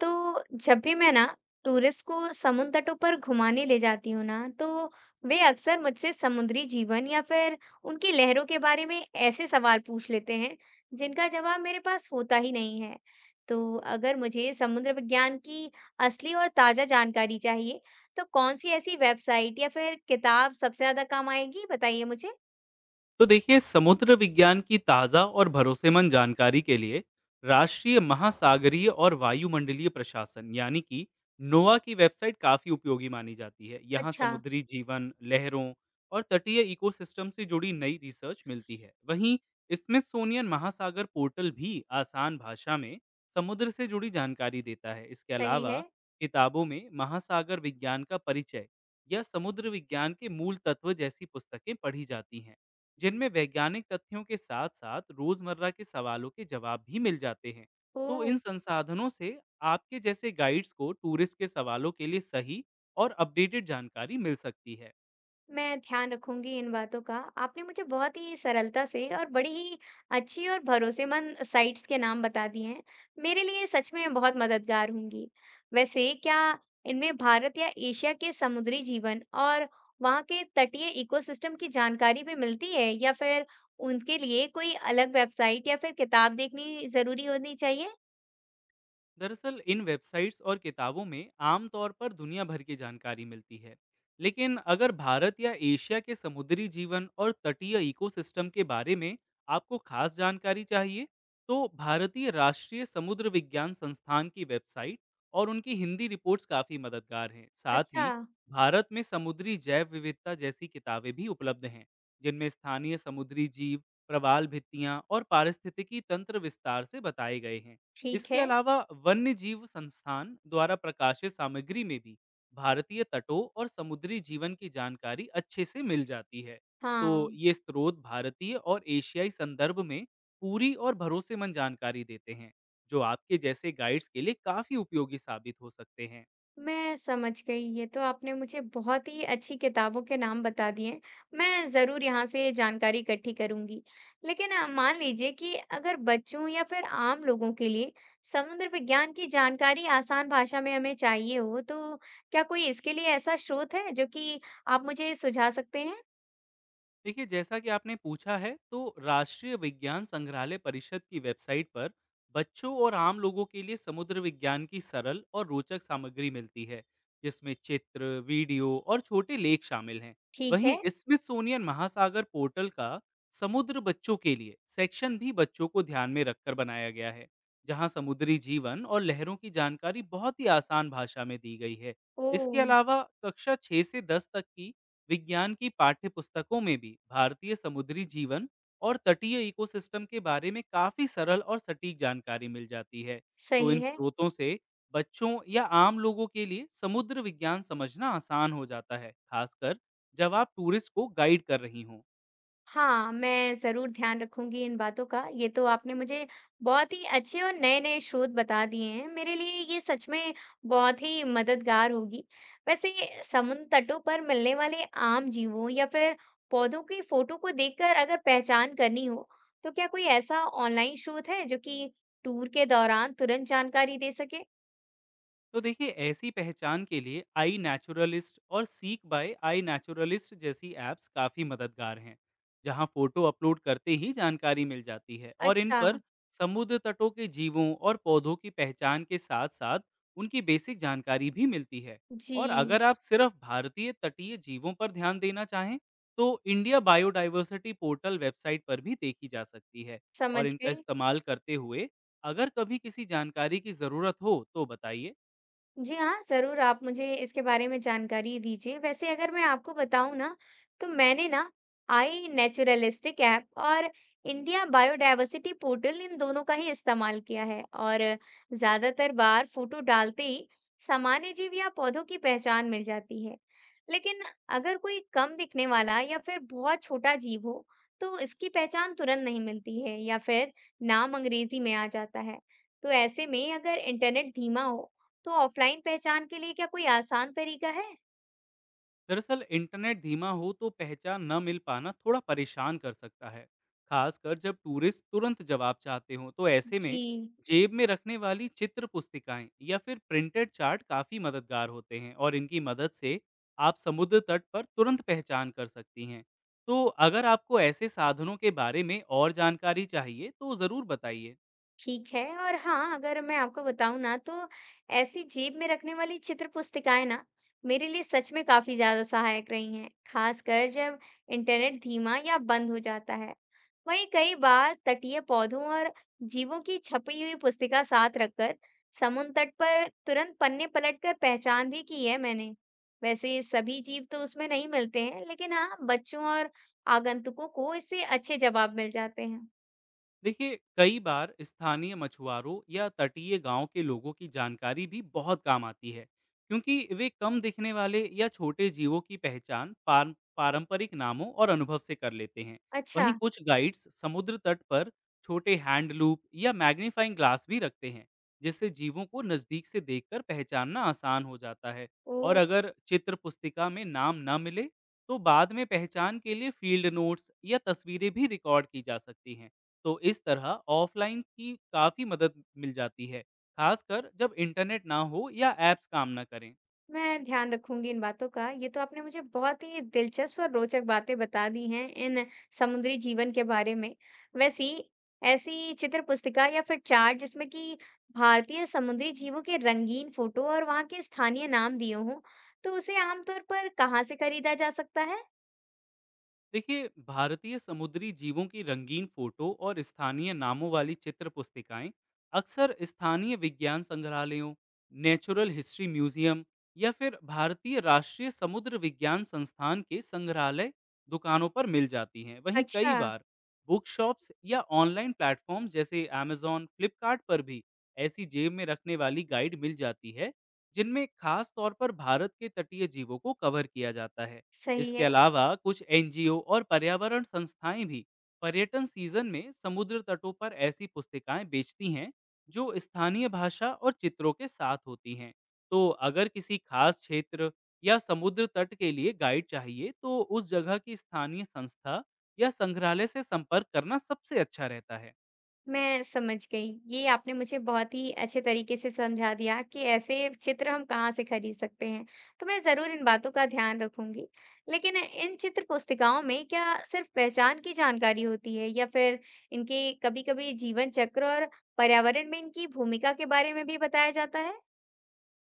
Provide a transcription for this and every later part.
तो जब भी मैं ना टूरिस्ट को समुद्र तटों पर घुमाने ले जाती हूँ ना तो वे अक्सर मुझसे समुद्री जीवन या फिर उनकी लहरों के बारे में ऐसे सवाल पूछ लेते हैं जिनका जवाब मेरे पास होता ही नहीं है। तो अगर मुझे समुद्र विज्ञान की असली और ताजा जानकारी चाहिए तो कौन सी ऐसी वेबसाइट या फिर किताब सबसे ज्यादा काम आएगी बताइए मुझे। तो देखिए समुद्र विज्ञान की ताज़ा और भरोसेमंद जानकारी के लिए राष्ट्रीय महासागरीय और वायुमंडलीय प्रशासन यानी कि नोवा की वेबसाइट काफ़ी उपयोगी मानी जाती है। यहाँ अच्छा। समुद्री जीवन लहरों और तटीय इकोसिस्टम से जुड़ी नई रिसर्च मिलती है। वहीं स्मिथसोनियन महासागर पोर्टल भी आसान भाषा में समुद्र से जुड़ी जानकारी देता है। इसके सही है। अलावा किताबों में महासागर विज्ञान का परिचय या समुद्र विज्ञान के मूल तत्व जैसी पुस्तकें पढ़ी जाती हैं, जिनमें वैज्ञानिक तथ्यों के साथ साथ रोजमर्रा के सवालों के जवाब भी मिल जाते हैं। ओ। तो इन संसाधनों से आपके जैसे गाइड्स को टूरिस्ट के सवालों के लिए सही और अपडेटेड जानकारी मिल सकती है। मैं ध्यान रखूंगी इन बातों का। आपने मुझे बहुत ही सरलता से और बड़ी ही अच्छी और भरोसेमंद साइट्स के नाम बता दिए हैं। मेरे लिए सच में बहुत मददगार होंगी। वैसे क्या इनमें भारत या एशिया के समुद्री जीवन और वहाँ के तटीय इकोसिस्टम की जानकारी भी मिलती है या फिर उनके लिए कोई अलग वेबसाइट या फिर किताब देखनी जरूरी होनी चाहिए? दरअसल इन वेबसाइट्स और किताबों में आमतौर पर दुनिया भर की जानकारी मिलती है, लेकिन अगर भारत या एशिया के समुद्री जीवन और तटीय इकोसिस्टम के बारे में आपको खास जानकारी चाहिए, तो भारतीय राष्ट्रीय समुद्र विज्ञान संस्थान की वेबसाइट और उनकी हिंदी रिपोर्ट्स काफ़ी मददगार हैं। साथ अच्छा। ही भारत में समुद्री जैव विविधता जैसी किताबें भी उपलब्ध हैं, जिनमें स्थानीय समुद्री जीव, प्रवाल भित्तियां और पारिस्थितिकी तंत्र विस्तार से बताए गए हैं। ठीक इसके है। अलावा वन्य जीव संस्थान द्वारा प्रकाशित सामग्री में भी भारतीय तटों और समुद्री जीवन की जानकारी अच्छे से मिल जाती है। तो हाँ। ये स्रोत भारतीय और एशियाई संदर्भ में पूरी और भरोसेमंद जानकारी देते हैं, जो आपके जैसे गाइड्स के लिए काफी उपयोगी साबित हो सकते हैं। मैं समझ गई। ये तो आपने मुझे बहुत ही अच्छी किताबों के नाम बता दिए। मैं ज़रूर यहाँ से जानकारी इकट्ठी करूँगी। लेकिन मान लीजिए कि अगर बच्चों या फिर आम लोगों के लिए समुद्र विज्ञान की जानकारी आसान भाषा में हमें चाहिए हो, तो क्या कोई इसके लिए ऐसा स्रोत है जो कि आप मुझे सुझा सकते हैं? देखिए जैसा कि आपने पूछा है, तो राष्ट्रीय विज्ञान संग्रहालय परिषद की वेबसाइट पर बच्चों और आम लोगों के लिए समुद्र विज्ञान की सरल और रोचक सामग्री मिलती है, जिसमें चित्र, वीडियो और छोटे लेख शामिल हैं। ठीक वहीं है। स्मिथसोनियन महासागर पोर्टल का समुद्र बच्चों के लिए सेक्शन भी बच्चों को ध्यान में रखकर बनाया गया है, जहां समुद्री जीवन और लहरों की जानकारी बहुत ही आसान भाषा में दी गई है। ओह! इसके अलावा कक्षा 6 से 10 तक की विज्ञान की पाठ्य पुस्तकों में भी भारतीय समुद्री जीवन और तटीय इकोसिस्टम के बारे में काफी सरल और सटीक जानकारी मिल जाती है। तो इन सही है। स्रोतों से बच्चों या आम लोगों के लिए समुद्र विज्ञान समझना आसान हो जाता है, खासकर जब आप टूरिस्ट को गाइड कर रही हों। हाँ, मैं ज़रूर ध्यान रखूँगी इन बातों का। ये तो आपने मुझे बहुत ही अच्छे और नए-नए स्रोत बता दिए हैं। मेरे लिए ये सच में बहुत ही मददगार होगी। वैसे समुद्र तटों पर मिलने वाले आम जीवों या फिर पौधों की फ़ोटो को देखकर अगर पहचान करनी हो, तो क्या कोई ऐसा ऑनलाइन स्रोत है जो कि टूर के दौरान तुरंत जानकारी दे सके? तो देखिए ऐसी पहचान के लिए आई नेचुरलिस्ट और सीक बाय आई नेचुरलिस्ट जैसी ऐप्स काफ़ी मददगार हैं, जहां फोटो अपलोड करते ही जानकारी मिल जाती है। और इन अच्छा। पर समुद्र तटों के जीवों और पौधों की पहचान के साथ साथ उनकी बेसिक जानकारी भी मिलती है। और जी। अगर आप सिर्फ भारतीय तटीय जीवों पर ध्यान देना चाहें, तो इंडिया बायोडाइवर्सिटी पोर्टल वेबसाइट पर भी देखी जा सकती है। और समझ इनका गई। इस्तेमाल करते हुए अगर कभी किसी जानकारी की ज़रूरत हो तो बताइए। जी हाँ, ज़रूर आप मुझे इसके बारे में जानकारी दीजिए। वैसे अगर मैं आपको बताऊँ ना, तो मैंने ना आई नेचुरलिस्टिक ऐप और इंडिया बायोडायवर्सिटी पोर्टल इन दोनों का ही इस्तेमाल किया है और ज़्यादातर बार फोटो डालते ही सामान्य जीव या पौधों की पहचान मिल जाती है। लेकिन अगर कोई कम दिखने वाला या फिर बहुत छोटा जीव हो, तो इसकी पहचान तुरंत नहीं मिलती है या फिर नाम अंग्रेजी में आ जाता है। तो ऐसे में अगर इंटरनेट धीमा हो तो ऑफलाइन पहचान के लिए क्या कोई आसान तरीका है? दरअसल इंटरनेट धीमा हो तो पहचान न मिल पाना थोड़ा परेशान कर सकता है, खासकर जब टूरिस्ट तुरंत जवाब चाहते हों। तो ऐसे में जी। जेब में रखने वाली चित्र पुस्तिकाएं या फिर प्रिंटेड चार्ट काफ़ी मददगार होते हैं, और इनकी मदद से आप समुद्र तट पर तुरंत पहचान कर सकती हैं। तो अगर आपको ऐसे साधनों के बारे में और जानकारी चाहिए तो ज़रूर बताइए। ठीक है। और हाँ, अगर मैं आपको बताऊँ ना तो ऐसी जेब में रखने वाली चित्र पुस्तिकाएँ ना मेरे लिए सच में काफ़ी ज़्यादा सहायक रही हैं, खासकर जब इंटरनेट धीमा या बंद हो जाता है। वहीं कई बार तटीय पौधों और जीवों की छपी हुई पुस्तिका साथ रखकर समुद्र तट पर तुरंत पन्ने पलटकर पहचान भी की है मैंने। वैसे ये सभी जीव तो उसमें नहीं मिलते हैं, लेकिन हाँ, बच्चों और आगंतुकों को इससे अच्छे जवाब मिल जाते हैं। देखिए कई बार स्थानीय मछुआरों या तटीय गांव के लोगों की जानकारी भी बहुत काम आती है, क्योंकि वे कम दिखने वाले या छोटे जीवों की पहचान पारंपरिक नामों और अनुभव से कर लेते हैं। वहीं अच्छा। कुछ गाइड्स समुद्र तट पर छोटे हैंड लूप या मैग्नीफाइंग ग्लास भी रखते हैं, जिससे जीवों को नज़दीक से देखकर पहचानना आसान हो जाता है। और ओ। अगर चित्र पुस्तिका में नाम न मिले, तो बाद में पहचान के लिए फील्ड नोट्स या तस्वीरें भी रिकॉर्ड की जा सकती हैं। तो इस तरह ऑफलाइन की काफ़ी मदद मिल जाती है, खासकर जब इंटरनेट ना हो या ऐप्स काम ना करें। मैं ध्यान रखूंगी इन बातों का। ये तो आपने मुझे बहुत ही दिलचस्प और रोचक बातें बता दी हैं इन समुद्री जीवन के बारे में। वैसी ऐसी चित्र पुस्तिका या फिर चार्ट जिसमें कि भारतीय समुद्री जीवों के रंगीन फोटो और वहाँ के स्थानीय नाम दिए हों, तो उसे आमतौर पर कहाँ से खरीदा जा सकता है? देखिए भारतीय समुद्री जीवों की रंगीन फोटो और स्थानीय नामों वाली चित्र पुस्तिकाएं अक्सर स्थानीय विज्ञान संग्रहालयों, नेचुरल हिस्ट्री म्यूजियम या फिर भारतीय राष्ट्रीय समुद्र विज्ञान संस्थान के संग्रहालय दुकानों पर मिल जाती हैं। वहीं कई अच्छा। बार बुक शॉप्स या ऑनलाइन प्लेटफॉर्म्स जैसे Amazon, फ्लिपकार्ट पर भी ऐसी जेब में रखने वाली गाइड मिल जाती है, जिनमें खास तौर पर भारत के तटीय जीवों को कवर किया जाता है। सही इसके है। अलावा कुछ एनजीओ और पर्यावरण संस्थाएं भी पर्यटन सीजन में समुद्र तटों पर ऐसी पुस्तिकाएं बेचती हैं, जो स्थानीय भाषा और चित्रों के साथ होती हैं। तो अगर किसी खास क्षेत्र या समुद्र तट के लिए गाइड चाहिए, तो उस जगह की स्थानीय संस्था या संग्रहालय से संपर्क करना सबसे अच्छा रहता है। मैं समझ गई। ये आपने मुझे बहुत ही अच्छे तरीके से समझा दिया कि ऐसे चित्र हम कहाँ से खरीद सकते हैं। तो मैं ज़रूर इन बातों का ध्यान रखूंगी। लेकिन इन चित्र पुस्तिकाओं में क्या सिर्फ पहचान की जानकारी होती है या फिर इनके कभी-कभी जीवन चक्र और पर्यावरण में इनकी भूमिका के बारे में भी बताया जाता है?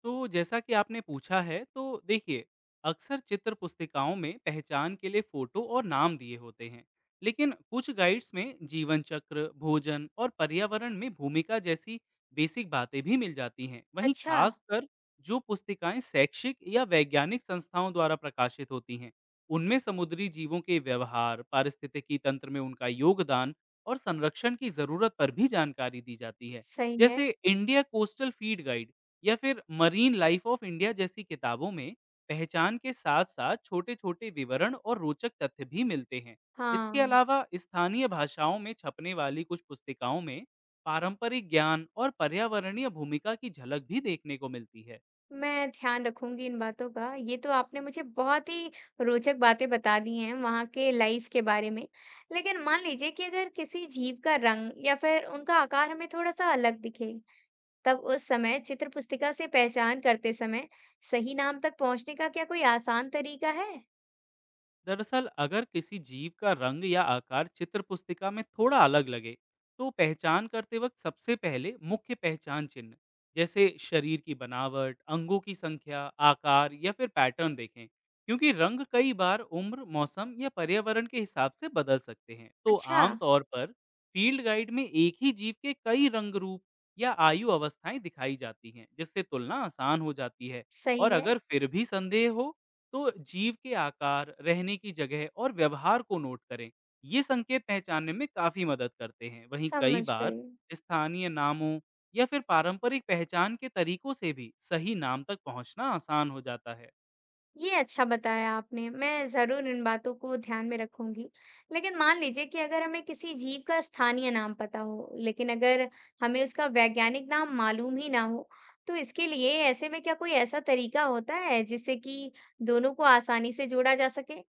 तो जैसा कि आपने पूछा है, तो देखिए अक्सर चित्र पुस्तिकाओं में पहचान के लिए फोटो और नाम दिए होते हैं, लेकिन कुछ गाइड्स में जीवन चक्र, भोजन और पर्यावरण में भूमिका जैसी बेसिक बातें भी मिल जाती हैं। वहीं अच्छा। खासकर जो पुस्तिकाएं शैक्षिक या वैज्ञानिक संस्थाओं द्वारा प्रकाशित होती हैं, उनमें समुद्री जीवों के व्यवहार, पारिस्थितिकी तंत्र में उनका योगदान और संरक्षण की जरूरत पर भी जानकारी दी जाती है। सही है। जैसे इंडिया कोस्टल फीड गाइड या फिर मरीन लाइफ ऑफ इंडिया जैसी किताबों में पहचान के साथ साथ छोटे छोटे विवरण और रोचक तथ्य भी मिलते हैं। इसके हाँ। अलावा स्थानीय भाषाओं में छपने वाली कुछ पुस्तिकाओं में पारंपरिक ज्ञान और पर्यावरणीय भूमिका की झलक भी देखने को मिलती है। मैं ध्यान रखूंगी इन बातों का। ये तो आपने मुझे बहुत ही रोचक बातें बता दी हैं वहाँ के लाइफ के बारे में। लेकिन मान लीजिए कि अगर किसी जीव का रंग या फिर उनका आकार हमें थोड़ा-सा अलग दिखे, तब उस समय चित्र पुस्तिका से पहचान करते समय सही नाम तक पहुँचने का क्या कोई आसान तरीका है? दरअसल अगर किसी जीव का रंग या आकार चित्र पुस्तिका में थोड़ा अलग लगे, तो पहचान करते वक्त सबसे पहले मुख्य पहचान चिन्ह जैसे शरीर की बनावट, अंगों की संख्या, आकार या फिर पैटर्न देखें, क्योंकि रंग कई बार उम्र, मौसम या पर्यावरण के हिसाब से बदल सकते हैं। तो अच्छा। आमतौर पर फील्ड गाइड में एक ही जीव के कई रंग रूप या आयु अवस्थाएं दिखाई जाती हैं, जिससे तुलना आसान हो जाती है। सही और है। अगर फिर भी संदेह हो, तो जीव के आकार, रहने की जगह और व्यवहार को नोट करें। ये संकेत पहचानने में काफी मदद करते हैं। वहीं कई समझ बार गई। स्थानीय नामों या फिर पारंपरिक पहचान के तरीकों से भी सही नाम तक पहुंचना आसान हो जाता है। ये अच्छा बताया आपने। मैं जरूर इन बातों को ध्यान में रखूंगी। लेकिन मान लीजिए कि अगर हमें किसी जीव का स्थानीय नाम पता हो लेकिन अगर हमें उसका वैज्ञानिक नाम मालूम ही ना हो तो इसके लिए ऐसे में क्या कोई ऐसा तरीका होता है जिससे कि दोनों को आसानी से जोड़ा जा सके?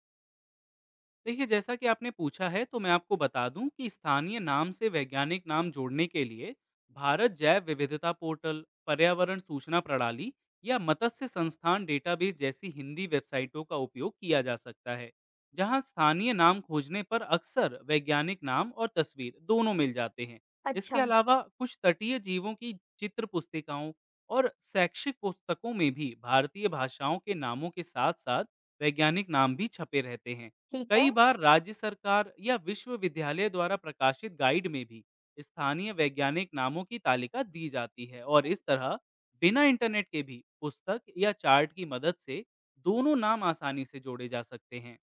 देखिए जैसा कि आपने पूछा है, तो मैं आपको बता दूं कि स्थानीय नाम से वैज्ञानिक नाम जोड़ने के लिए भारत जैव विविधता पोर्टल, पर्यावरण सूचना प्रणाली या मत्स्य संस्थान डेटाबेस जैसी हिंदी वेबसाइटों का उपयोग किया जा सकता है, जहां स्थानीय नाम खोजने पर अक्सर वैज्ञानिक नाम और तस्वीर दोनों मिल जाते हैं। इसके अच्छा। अलावा कुछ तटीय जीवों की चित्र पुस्तिकाओं और शैक्षिक पुस्तकों में भी भारतीय भाषाओं के नामों के साथ साथ वैज्ञानिक नाम भी छपे रहते हैं। ठीक कई है। बार राज्य सरकार या विश्वविद्यालय द्वारा प्रकाशित गाइड में भी स्थानीय वैज्ञानिक नामों की तालिका दी जाती है, और इस तरह बिना इंटरनेट के भी पुस्तक या चार्ट की मदद से दोनों नाम आसानी से जोड़े जा सकते हैं।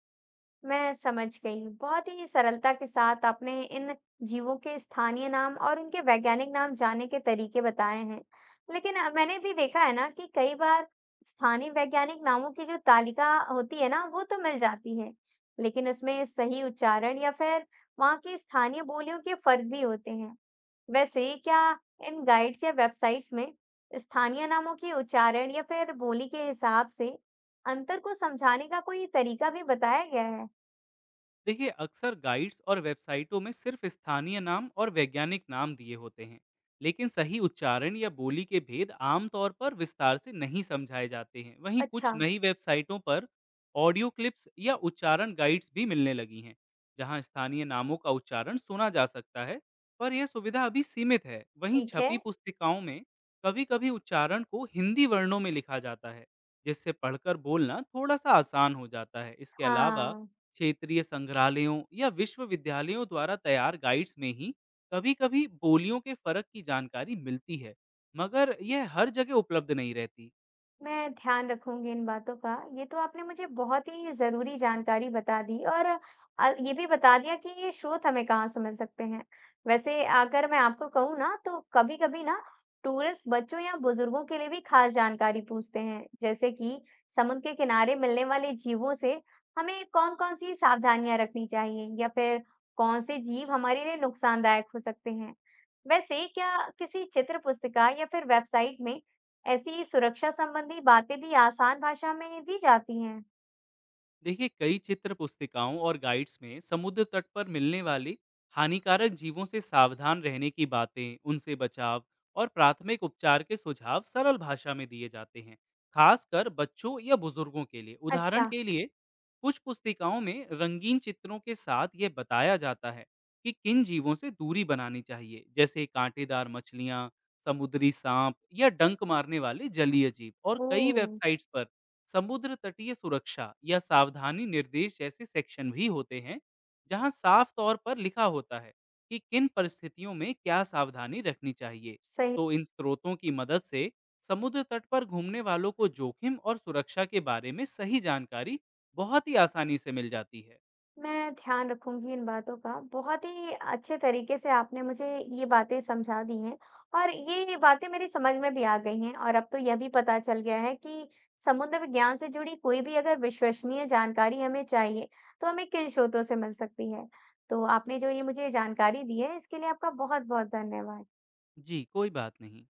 मैं समझ गई। बहुत ही सरलता के साथ आपने इन जीवों के स्थानीय नाम और उनके वैज्ञानिक नाम जानने के तरीके बताए हैं। लेकिन मैंने भी देखा है ना कि कई बार स्थानीय वैज्ञानिक नामों की जो तालिका होती है ना वो तो मिल जाती है, लेकिन उसमें सही उच्चारण या फिर वहाँ की स्थानीय बोलियों के फर्क भी होते हैं। वैसे क्या इन गाइड्स या वेबसाइट्स में स्थानीय नामों के उच्चारण या फिर बोली के हिसाब से अंतर को समझाने का कोई तरीका भी बताया गया है? देखिए अक्सर गाइड्स और वेबसाइटों में सिर्फ स्थानीय नाम और वैज्ञानिक नाम दिए होते हैं, लेकिन सही उच्चारण या बोली के भेद आमतौर पर विस्तार से नहीं समझाए जाते हैं। वहीं कुछ अच्छा। नई वेबसाइटों पर ऑडियो क्लिप्स या उच्चारण गाइड्स भी मिलने लगी हैं, जहां स्थानीय नामों का उच्चारण सुना जा सकता है, पर यह सुविधा अभी सीमित है। वहीं ठीक है। छपी पुस्तिकाओं में कभी कभी उच्चारण को हिंदी वर्णों में लिखा जाता है, जिससे पढ़कर बोलना थोड़ा सा आसान हो जाता है। इसके अलावा हाँ, क्षेत्रीय संग्रहालयों या विश्वविद्यालयों द्वारा तैयार गाइड्स में ही कभी-कभी बोलियों के फर्क की जानकारी मिलती है, मगर यह हर जगह उपलब्ध नहीं रहती। मैं ध्यान रखूंगी इन बातों का। ये तो आपने मुझे बहुत ही ज़रूरी जानकारी बता दी और ये भी बता दिया कि ये स्रोत हमें कहाँ से मिल सकते हैं। वैसे अगर मैं आपको कहूँ ना तो कभी-कभी ना टूरिस्ट बच्चों या बुजुर्गों के लिए भी खास जानकारी पूछते हैं। जैसे कि समुद्र के किनारे मिलने वाले जीवों से हमें कौन-कौन सी सावधानियां रखनी चाहिए या फिर कौन से जीव हमारे लिए नुकसानदायक हो सकते हैं। वैसे क्या किसी चित्र पुस्तिका या फिर वेबसाइट में ऐसी सुरक्षा संबंधी बातें भी आसान भाषा में दी जाती हैं? देखिए कई चित्र पुस्तिकाओं और गाइड्स में समुद्र तट पर मिलने वाली हानिकारक जीवों से सावधान रहने की बातें, उनसे बचाव और प्राथमिक उपचार के सुझाव सरल भाषा में दिए जाते हैं, खासकर बच्चों या बुजुर्गों के लिए। उदाहरण अच्छा। के लिए कुछ पुस्तिकाओं में रंगीन चित्रों के साथ ये बताया जाता है कि किन जीवों से दूरी बनानी चाहिए, जैसे कांटेदार मछलियाँ, समुद्री सांप या डंक मारने वाले जलीय जीव। और कई ओह, वेबसाइट्स पर समुद्र तटीय सुरक्षा या सावधानी निर्देश जैसे सेक्शन भी होते हैं, जहां साफ तौर पर लिखा होता है कि किन परिस्थितियों में क्या सावधानी रखनी चाहिए। सही। तो इन स्रोतों की मदद से समुद्र तट पर घूमने वालों को जोखिम और सुरक्षा के बारे में सही जानकारी बहुत ही आसानी से मिल जाती है। मैं ध्यान रखूंगी इन बातों का। बहुत ही अच्छे तरीके से आपने मुझे ये बातें समझा दी हैं और ये बातें मेरी समझ में भी आ गई हैं। और अब तो यह भी पता चल गया है कि समुद्र विज्ञान से जुड़ी कोई भी अगर विश्वसनीय जानकारी हमें चाहिए तो हमें किन स्रोतों से मिल सकती है। तो आपने जो ये मुझे जानकारी दी है इसके लिए आपका बहुत बहुत धन्यवाद। जी कोई बात नहीं।